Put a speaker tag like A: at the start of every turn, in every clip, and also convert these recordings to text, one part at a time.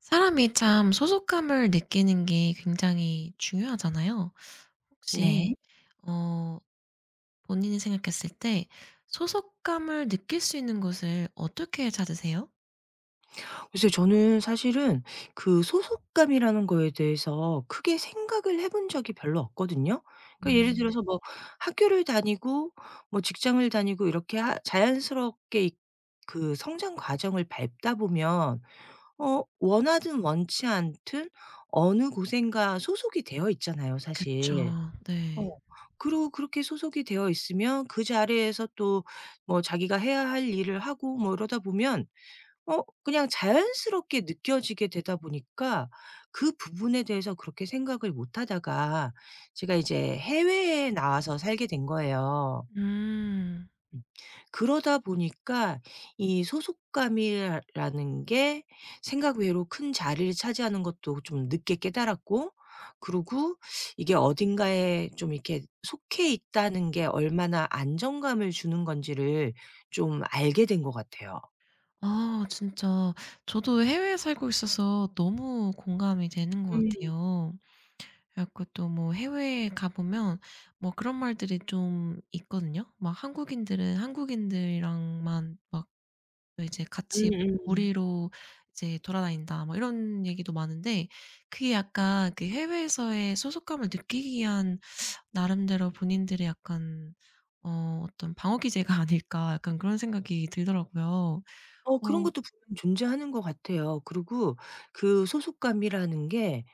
A: 사람이 참 소속감을 느끼는 게 굉장히 중요하잖아요. 혹시
B: 네.
A: 어 본인이 생각했을 때 소속감을 느낄 수 있는 곳을 어떻게 찾으세요?
B: 글쎄 저는 사실은 그 소속감이라는 거에 대해서 크게 생각을 해본 적이 별로 없거든요. 그러니까 예를
A: 음.
B: 들어서 뭐 학교를 다니고 뭐 직장을 다니고 이렇게 하 자연스럽게 이 그 성장 과정을 밟다 보면 원하든 원치 않든 어느 곳인가 소속이 되어 있잖아요 사실.
A: 그쵸.
B: 어.
A: 네.
B: 그리고 그렇게 소속이 되어 있으면 그 자리에서 또 뭐 자기가 해야 할 일을 하고 뭐 이러다 보면 그냥 자연스럽게 느껴지게 되다 보니까 그 부분에 대해서 그렇게 생각을 못 하다가 제가 이제 해외에 나와서 살게 된 거예요.
A: 음.
B: 음. 그러다 보니까 이 소속감이라는 게 생각 외로 큰 자리를 차지하는 것도 좀 늦게 깨달았고, 그리고 이게 어딘가에 좀 이렇게 속해 있다는 게 얼마나 안정감을 주는 건지를 좀 알게 된 것 같아요.
A: 아 진짜, 저도 해외에 살고 있어서 너무 공감이 되는 것
B: 음.
A: 같아요. 그래 갖고 또 뭐 해외에 가 보면 뭐 그런 말들이 좀 있거든요. 막 한국인들은 한국인들이랑만 막 또 이제 같이
B: 음음.
A: 무리로 이제 돌아다닌다 뭐 이런 얘기도 많은데, 그게 약간 그 해외에서의 소속감을 느끼기 위한 나름대로 본인들의 약간 어떤 방어 기제가 아닐까, 약간 그런 생각이 들더라고요.
B: 그런
A: 어
B: 것도 분명 존재하는 것 같아요. 그리고 그 소속감이라는 게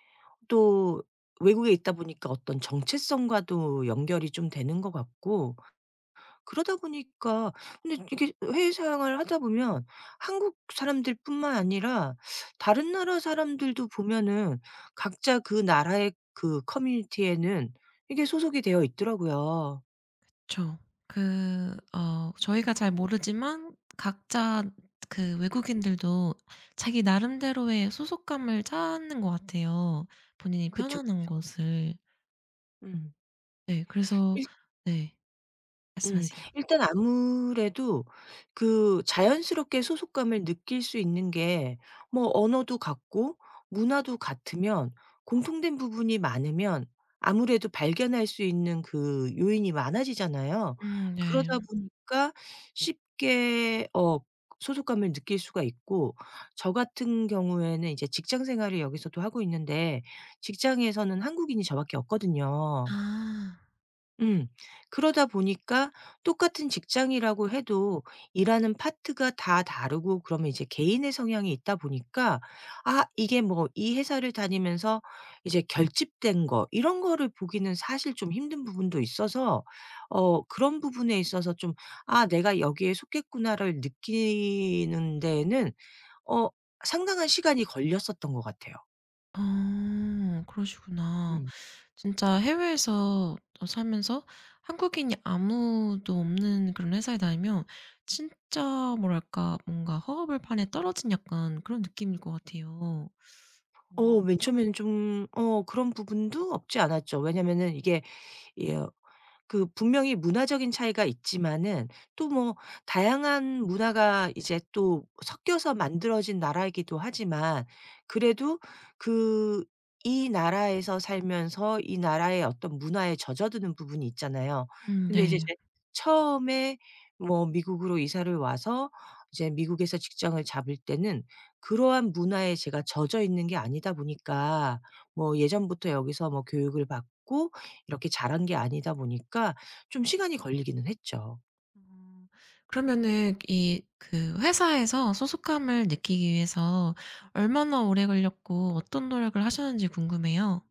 B: 또 외국에 있다 보니까 어떤 정체성과도 연결이 좀 되는 것 같고, 그러다 보니까 근데 이게 해외 생활을 하다 보면 한국 사람들뿐만 아니라 다른 나라 사람들도 보면은 각자 그 나라의 그 커뮤니티에는 이게 소속이 되어 있더라고요.
A: 그쵸. 그 저희가 잘 모르지만 각자 그 외국인들도 자기 나름대로의 소속감을 찾는 것 같아요, 본인이
B: 그쵸,
A: 편안한
B: 그쵸.
A: 곳을.
B: 음.
A: 네 그래서, 네.
B: 음.
A: 말씀하세요.
B: 일단 아무래도 그 자연스럽게 소속감을 느낄 수 있는 게 뭐 언어도 같고 문화도 같으면, 공통된 부분이 많으면 아무래도 발견할 수 있는 그 요인이 많아지잖아요.
A: 네.
B: 그러다 보니까 쉽게 소속감을 느낄 수가 있고, 저 같은 경우에는 이제 직장 생활을 여기서도 하고 있는데 직장에서는 한국인이 저밖에 없거든요.
A: 아.
B: 음. 그러다 보니까 똑같은 직장이라고 해도 일하는 파트가 다 다르고 그러면 이제 개인의 성향이 있다 보니까, 아, 이게 뭐 이 회사를 다니면서 이제 결집된 거 이런 거를 보기는 사실 좀 힘든 부분도 있어서, 그런 부분에 있어서 좀 아, 내가 여기에 속했구나를 느끼는 데에는 어, 상당한 시간이 걸렸었던 것 같아요.
A: 어 그러시구나.
B: 음.
A: 진짜 해외에서 또 살면서 한국인이 아무도 없는 그런 회사에 다니면 진짜 뭐랄까 뭔가 허허벌 판에 떨어진 약간 그런 느낌일 것 같아요. 음.
B: 맨 처음에는 좀, 그런 부분도 없지 않았죠. 왜냐면은 이게, 그 분명히 문화적인 차이가 있지만은 또 뭐 다양한 문화가 이제 또 섞여서 만들어진 나라이기도 하지만, 그래도 그 이 나라에서 살면서 이 나라의 어떤 문화에 젖어드는 부분이 있잖아요. 근데 이제
A: 네.
B: 제 처음에 뭐 미국으로 이사를 와서 이제 미국에서 직장을 잡을 때는 그러한 문화에 제가 젖어 있는 게 아니다 보니까, 뭐 예전부터 여기서 뭐 교육을 받고 이렇게 잘한 게 아니다 보니까 좀 시간이 걸리기는 했죠.
A: 어 그러면은 이 그 회사에서 소속감을 느끼기 위해서 얼마나 오래 걸렸고 어떤 노력을 하셨는지 궁금해요.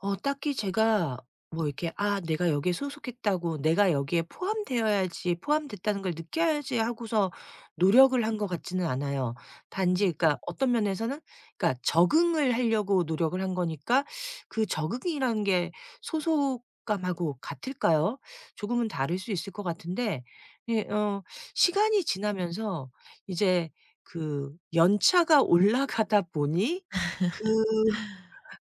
B: 딱히 제가 뭐 이렇게 '아 내가 여기에 소속했다고 내가 여기에 포함되어야지 포함됐다는 걸 느껴야지.' 하고서 노력을 한 것 같지는 않아요.
A: 음.
B: 단지 그러니까 어떤 면에서는 그러니까 적응을 하려고 노력을 한 거니까, 그 적응이라는 게 소속감하고 같을까요? 조금은 다를 수 있을 것 같은데, 예 시간이 지나면서 이제 그 연차가 올라가다 보니 그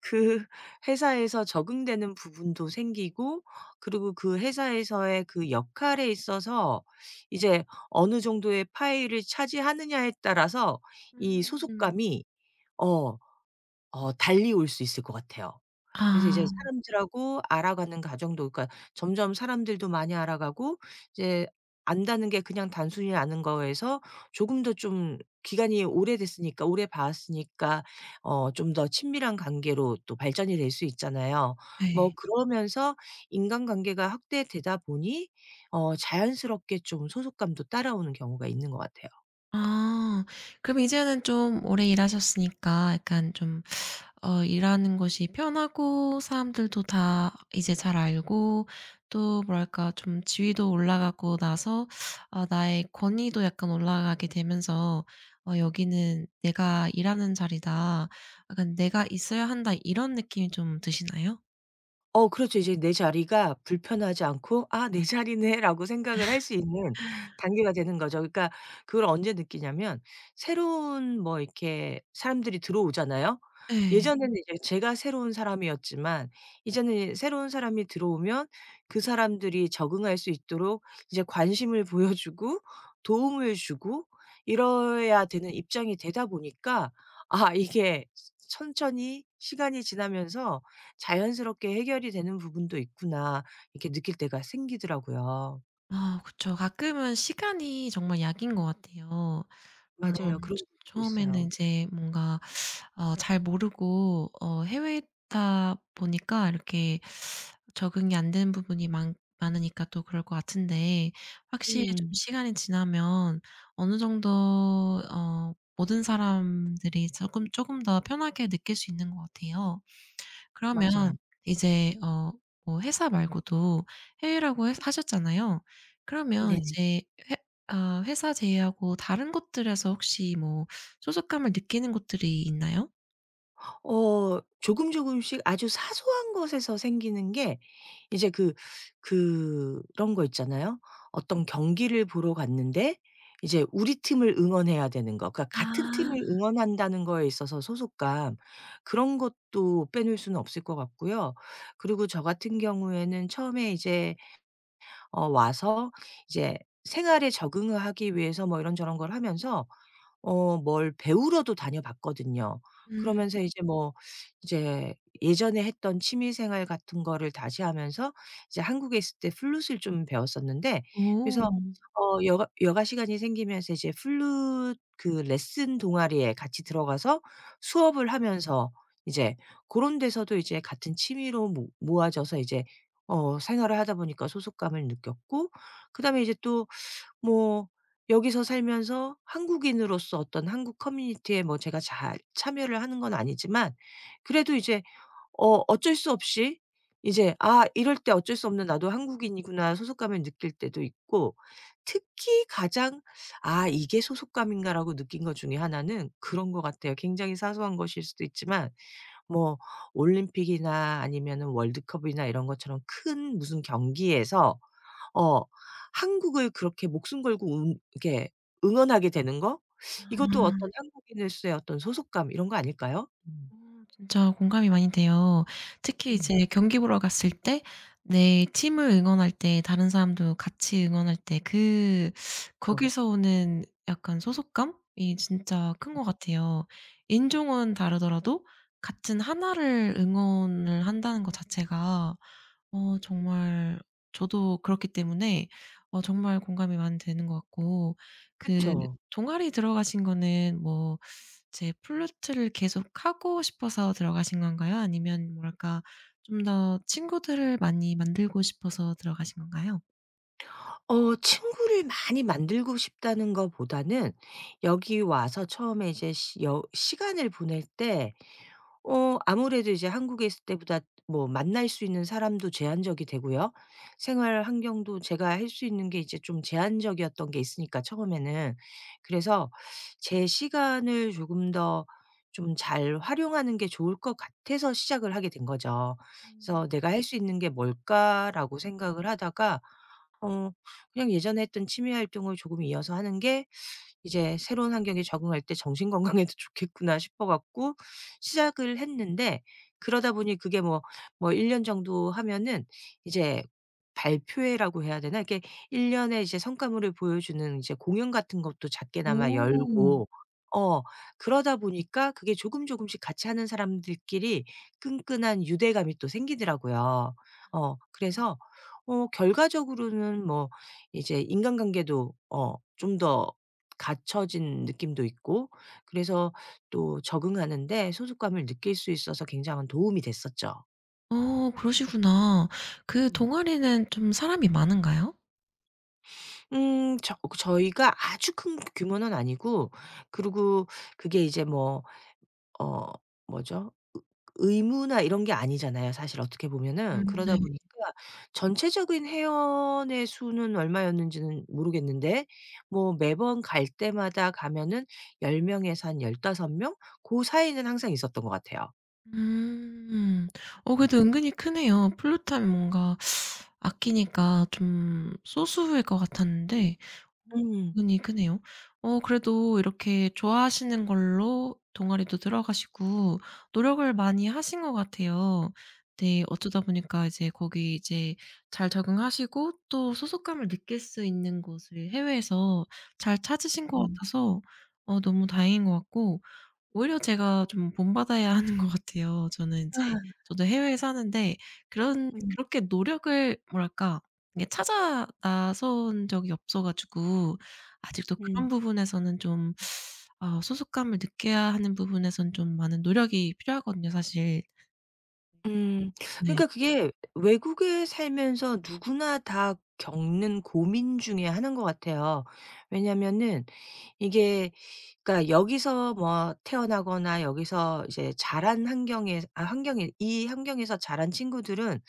B: 그 회사에서 적응되는 부분도 생기고, 그리고 그 회사에서의 그 역할에 있어서 이제 어느 정도의 파일을 차지하느냐에 따라서 이
A: 음.
B: 소속감이 어 달리 올 수 있을 것 같아요. 그래서 이제
A: 아
B: 사람들하고 알아가는 과정도, 그러니까 점점 사람들도 많이 알아가고 이제 안다는 게 그냥 단순히 아는 거에서 조금 더 좀 기간이 오래됐으니까, 오래 봤으니까 좀 더 친밀한 관계로 또 발전이 될 수 있잖아요. 뭐
A: 네.
B: 그러면서 인간관계가 확대되다 보니 자연스럽게 좀 소속감도 따라오는 경우가 있는 것 같아요.
A: 아. 그럼 이제는 좀 오래 일하셨으니까 약간 좀 일하는 것이 편하고 사람들도 다 이제 잘 알고 또 뭐랄까 좀 지위도 올라가고 나서 아 나의 권위도 약간 올라가게 되면서 '어 여기는 내가 일하는 자리다. 약간 내가 있어야 한다.' 이런 느낌이 좀 드시나요?
B: 어 그렇죠. 이제 내 자리가 불편하지 않고 '아 내 자리네.'라고 생각을 할 수 있는 단계가 되는 거죠. 그러니까 그걸 언제 느끼냐면 새로운 뭐 이렇게 사람들이 들어오잖아요.
A: 네.
B: 예전에는 이제 제가 새로운 사람이었지만 이제는 새로운 사람이 들어오면 그 사람들이 적응할 수 있도록 이제 관심을 보여 주고 도움을 주고 이래야 되는 입장이 되다 보니까, 아 이게 천천히 시간이 지나면서 자연스럽게 해결이 되는 부분도 있구나.' 이렇게 느낄 때가 생기더라고요.
A: 아 그쵸. 가끔은 시간이 정말 약인 것 같아요.
B: 맞아요.
A: 물론
B: 그런
A: 처
B: 부분도 있어요.
A: 처음에는 이제 뭔가 잘 모르고 어 해외에 다 보니까 이렇게 적응이 안 되는 부분이 많 많으니까 또 그럴 것 같은데, 확실히 좀
B: 음.
A: 시간이 지나면 어느 정도 모든 사람들이 조금 더 편하게 느낄 수 있는 것 같아요.
B: 맞아요.
A: 그러면 이제 어, 뭐 회사 말고도 해외라고 해 하셨잖아요. 그러면
B: 네네.
A: 이제 회 어 회사 제외하고 다른 곳들에서 혹시 뭐 소속감을 느끼는 곳들이 있나요?
B: 조금 조금씩 아주 사소한 것에서 생기는 게 이제 그런 거 있잖아요. 어떤 경기를 보러 갔는데 이제 우리 팀을 응원해야 되는 거, 그러니까 같은 팀을
A: 아.
B: 응원한다는 거에 있어서 소속감, 그런 것도 빼놓을 수는 없을 것 같고요. 그리고 저 같은 경우에는 처음에 이제 와서 이제 생활에 적응을 하기 위해서 뭐 이런저런 걸 하면서 뭘 배우러도 다녀봤거든요.
A: 음.
B: 그러면서 이제 뭐 이제 예전에 했던 취미 생활 같은 거를 다시 하면서, 이제 한국에 있을 때 플룻을 좀 배웠었는데,
A: 오.
B: 그래서 여가 시간이 생기면서 이제 플룻 그 레슨 동아리에 같이 들어가서 수업을 하면서 이제 고런 데서도 이제 같은 취미로 모 모아져서 이제 생활을 하다 보니까 소속감을 느꼈고, 그다음에 이제 또 뭐 여기서 살면서 한국인으로서 어떤 한국 커뮤니티에 뭐 제가 잘 참여를 하는 건 아니지만 그래도 이제 어쩔 수 없이 이제 아 이럴 때 어쩔 수 없는 '나도 한국인이구나.' 소속감을 느낄 때도 있고, 특히 가장 '아 이게 소속감인가.'라고 느낀 것 중에 하나는 그런 것 같아요. 굉장히 사소한 것일 수도 있지만 뭐 올림픽이나 아니면은 월드컵이나 이런 것처럼 큰 무슨 경기에서 어 한국을 그렇게 목숨 걸고 응 이렇게 응원하게 되는 거? 이것도 어떤 한국인으로서의 어떤 소속감 이런 거 아닐까요? 음.
A: 어 진짜 공감이 많이 돼요. 특히
B: 음.
A: 이제 경기 보러 갔을 때 내 팀을 응원할 때, 다른 사람도 같이 응원할 때 그
B: 그쵸.
A: 거기서 오는 약간 소속감이 진짜 큰 것 같아요. 인종은 다르더라도 같은 하나를 응원을 한다는 것 자체가 정말, 저도 그렇기 때문에 정말 공감이 많이 되는 것 같고, 그
B: 그쵸.
A: 동아리 들어가신 거는 뭐 제 플루트를 계속 하고 싶어서 들어가신 건가요? 아니면 뭐랄까 좀 더 친구들을 많이 만들고 싶어서 들어가신 건가요?
B: 친구를 많이 만들고 싶다는 거보다는 여기 와서 처음에 이제 시 여 시간을 보낼 때 아무래도 이제 한국에 있을 때보다 뭐 만날 수 있는 사람도 제한적이 되고요. 생활 환경도 제가 할 수 있는 게 이제 좀 제한적이었던 게 있으니까, 처음에는. 그래서 제 시간을 조금 더 좀 잘 활용하는 게 좋을 것 같아서 시작을 하게 된 거죠.
A: 음.
B: 그래서 '내가 할 수 있는 게 뭘까?'라고 생각을 하다가 어 그냥 예전에 했던 취미 활동을 조금 이어서 하는 게 이제 '새로운 환경에 적응할 때 정신 건강에도 좋겠구나.' 싶어 갖고 시작을 했는데, 그러다 보니 그게 뭐 1년 년 정도 하면은 이제 발표회라고 해야 되나? 이렇게 1년 년에 이제 성과물을 보여주는 이제 공연 같은 것도 작게나마
A: 오.
B: 열고 어 그러다 보니까 그게 조금 조금씩 같이 하는 사람들끼리 끈끈한 유대감이 또 생기더라고요. 그래서 결과적으로는 뭐 이제 인간관계도 어좀더 갇혀진 느낌도 있고, 그래서 또 적응하는데 소속감을 느낄 수 있어서 굉장한 도움이 됐었죠.
A: 어 그러시구나. 그
B: 음.
A: 동아리는 좀 사람이 많은가요?
B: 저 저희가 아주 큰 규모는 아니고, 그리고 그게 이제 뭐 어 뭐죠? 의 의무나 이런 게 아니잖아요 사실 어떻게 보면은. 그러다
A: 네.
B: 보니까 전체적인 회원의 수는 얼마였는지는 모르겠는데 뭐 매번 갈 때마다 가면은 10명 명에서 한 15명 그 사이는 항상 있었던 것 같아요.
A: 음. 어 그래도 은근히 크네요. 플루트 하면 뭔가 아끼니까 좀 소수일 것 같았는데.
B: 음.
A: 눈이 크네요. 어 그래도 이렇게 좋아하시는 걸로 동아리도 들어가시고 노력을 많이 하신 것 같아요. 네. 어쩌다 보니까 이제 거기 이제 잘 적응하시고 또 소속감을 느낄 수 있는 곳을 해외에서 잘 찾으신 것
B: 음.
A: 같아서 너무 다행인 것 같고, 오히려 제가 좀 본받아야 하는 것 같아요. 저는 인제 저도 해외에 사는데 그런,
B: 음.
A: 그렇게 노력을 뭐랄까 이게 찾아 나선 적이 없어 가지고 아직도
B: 음.
A: 그런 부분에서는 좀 소속감을 느껴야 하는 부분에선 좀 많은 노력이 필요하거든요 사실.
B: 음.
A: 네.
B: 그러니까 그게 외국에 살면서 누구나 다 겪는 고민 중에 하나인 것 같아요. 왜냐면은 이게 그러니까 여기서 뭐 태어나거나 여기서 이제 자란 환경에 이 환경에서 자란 친구들은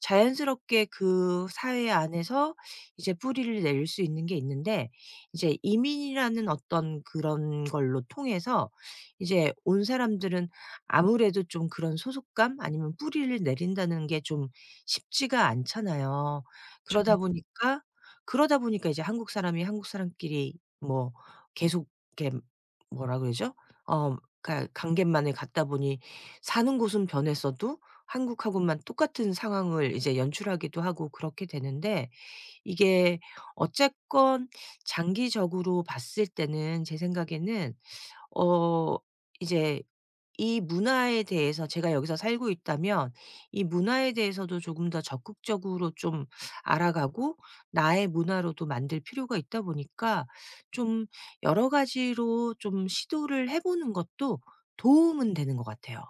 B: 자연스럽게 그 사회 안에서 이제 뿌리를 내릴 수 있는 게 있는데, 이제 이민이라는 어떤 그런 걸로 통해서 이제 온 사람들은 아무래도 좀 그런 소속감 아니면 뿌리를 내린다는 게 좀 쉽지가 않잖아요. 그러다 보니까 그러다 보니까 이제 한국 사람이 한국 사람끼리 뭐 계속 이렇게 뭐라 그러죠? 어그 관계만을 갖다 보니 사는 곳은 변했어도 한국하고만 똑같은 상황을 이제 연출하기도 하고 그렇게 되는데, 이게 어쨌건 장기적으로 봤을 때는 제 생각에는 어 이제 이 문화에 대해서 제가 여기서 살고 있다면 이 문화에 대해서도 조금 더 적극적으로 좀 알아가고 나의 문화로도 만들 필요가 있다 보니까 좀 여러 가지로 좀 시도를 해 보는 것도 도움은 되는 것 같아요.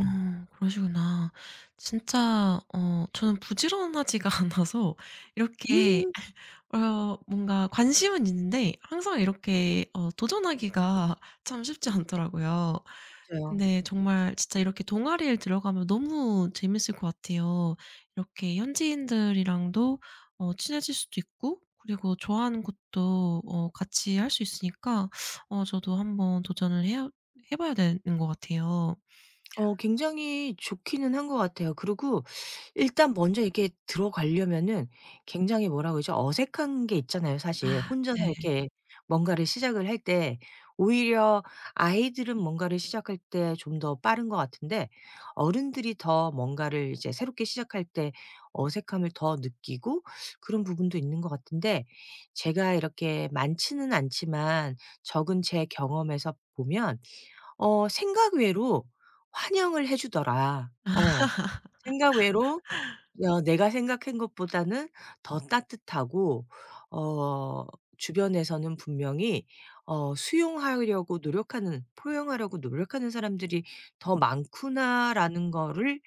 B: 어.
A: 그러시구나. 진짜 저는 부지런하지가 않아서 이렇게
B: 음
A: 뭔가 관심은 있는데 항상 이렇게 도전하기가 참 쉽지 않더라고요.
B: 맞아요.
A: 근데 정말 진짜 이렇게 동아리에 들어가면 너무 재밌을 것 같아요. 이렇게 현지인들이랑도 친해질 수도 있고, 그리고 좋아하는 것도 같이 할 수 있으니까 저도 한번 도전을 해 해 봐야 되는 것 같아요.
B: 굉장히 좋기는 한 것 같아요. 그리고 일단 먼저 이렇게 들어가려면은 굉장히 뭐라 그러죠? 어색한 게 있잖아요, 사실.
A: 아
B: 혼자서
A: 네.
B: 이렇게 뭔가를 시작을 할 때 오히려, 아이들은 뭔가를 시작할 때 좀 더 빠른 것 같은데 어른들이 더 뭔가를 이제 새롭게 시작할 때 어색함을 더 느끼고 그런 부분도 있는 것 같은데, 제가 이렇게 많지는 않지만 적은 제 경험에서 보면 생각 외로 환영을 해 주더라. 어. 생각 외로 내가 생각한 것보다는 더 따뜻하고, 어 주변에서는 분명히 '수용하려고 노력하는 포용하려고 노력하는 사람들이 더 많구나.'라는 거를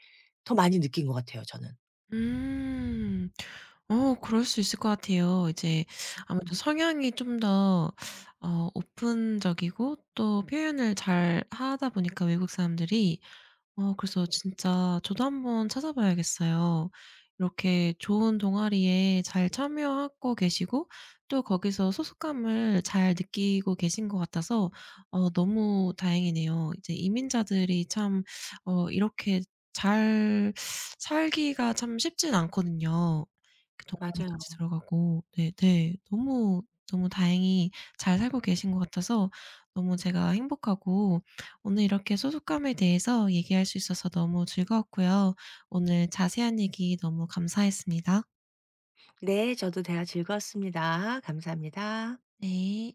B: 더 많이 느낀 것 같아요 저는.
A: 음. 어 그럴 수 있을 것 같아요. 이제
B: 음
A: 아무래도 성향이 좀 더 오픈적이고 또 표현을 잘 하다 보니까 외국 사람들이, 어 그래서 진짜 저도 한번 찾아봐야겠어요. 이렇게 좋은 동아리에 잘 참여하고 계시고 또 거기서 소속감을 잘 느끼고 계신 것 같아서 너무 다행이네요. 이제 이민자들이 참 어 이렇게 잘 살기가 참 쉽진 않거든요. 그
B: 맞아요.
A: 동아리까지 들어가고 네 네. 너무, 너무 다행히 잘 살고 계신 것 같아서 너무 제가 행복하고, 오늘 이렇게 소속감에 대해서 얘기할 수 있어서 너무 즐거웠고요. 오늘 자세한 얘기 너무 감사했습니다.
B: 네. 저도 대화 즐거웠습니다. 감사합니다.
A: 네.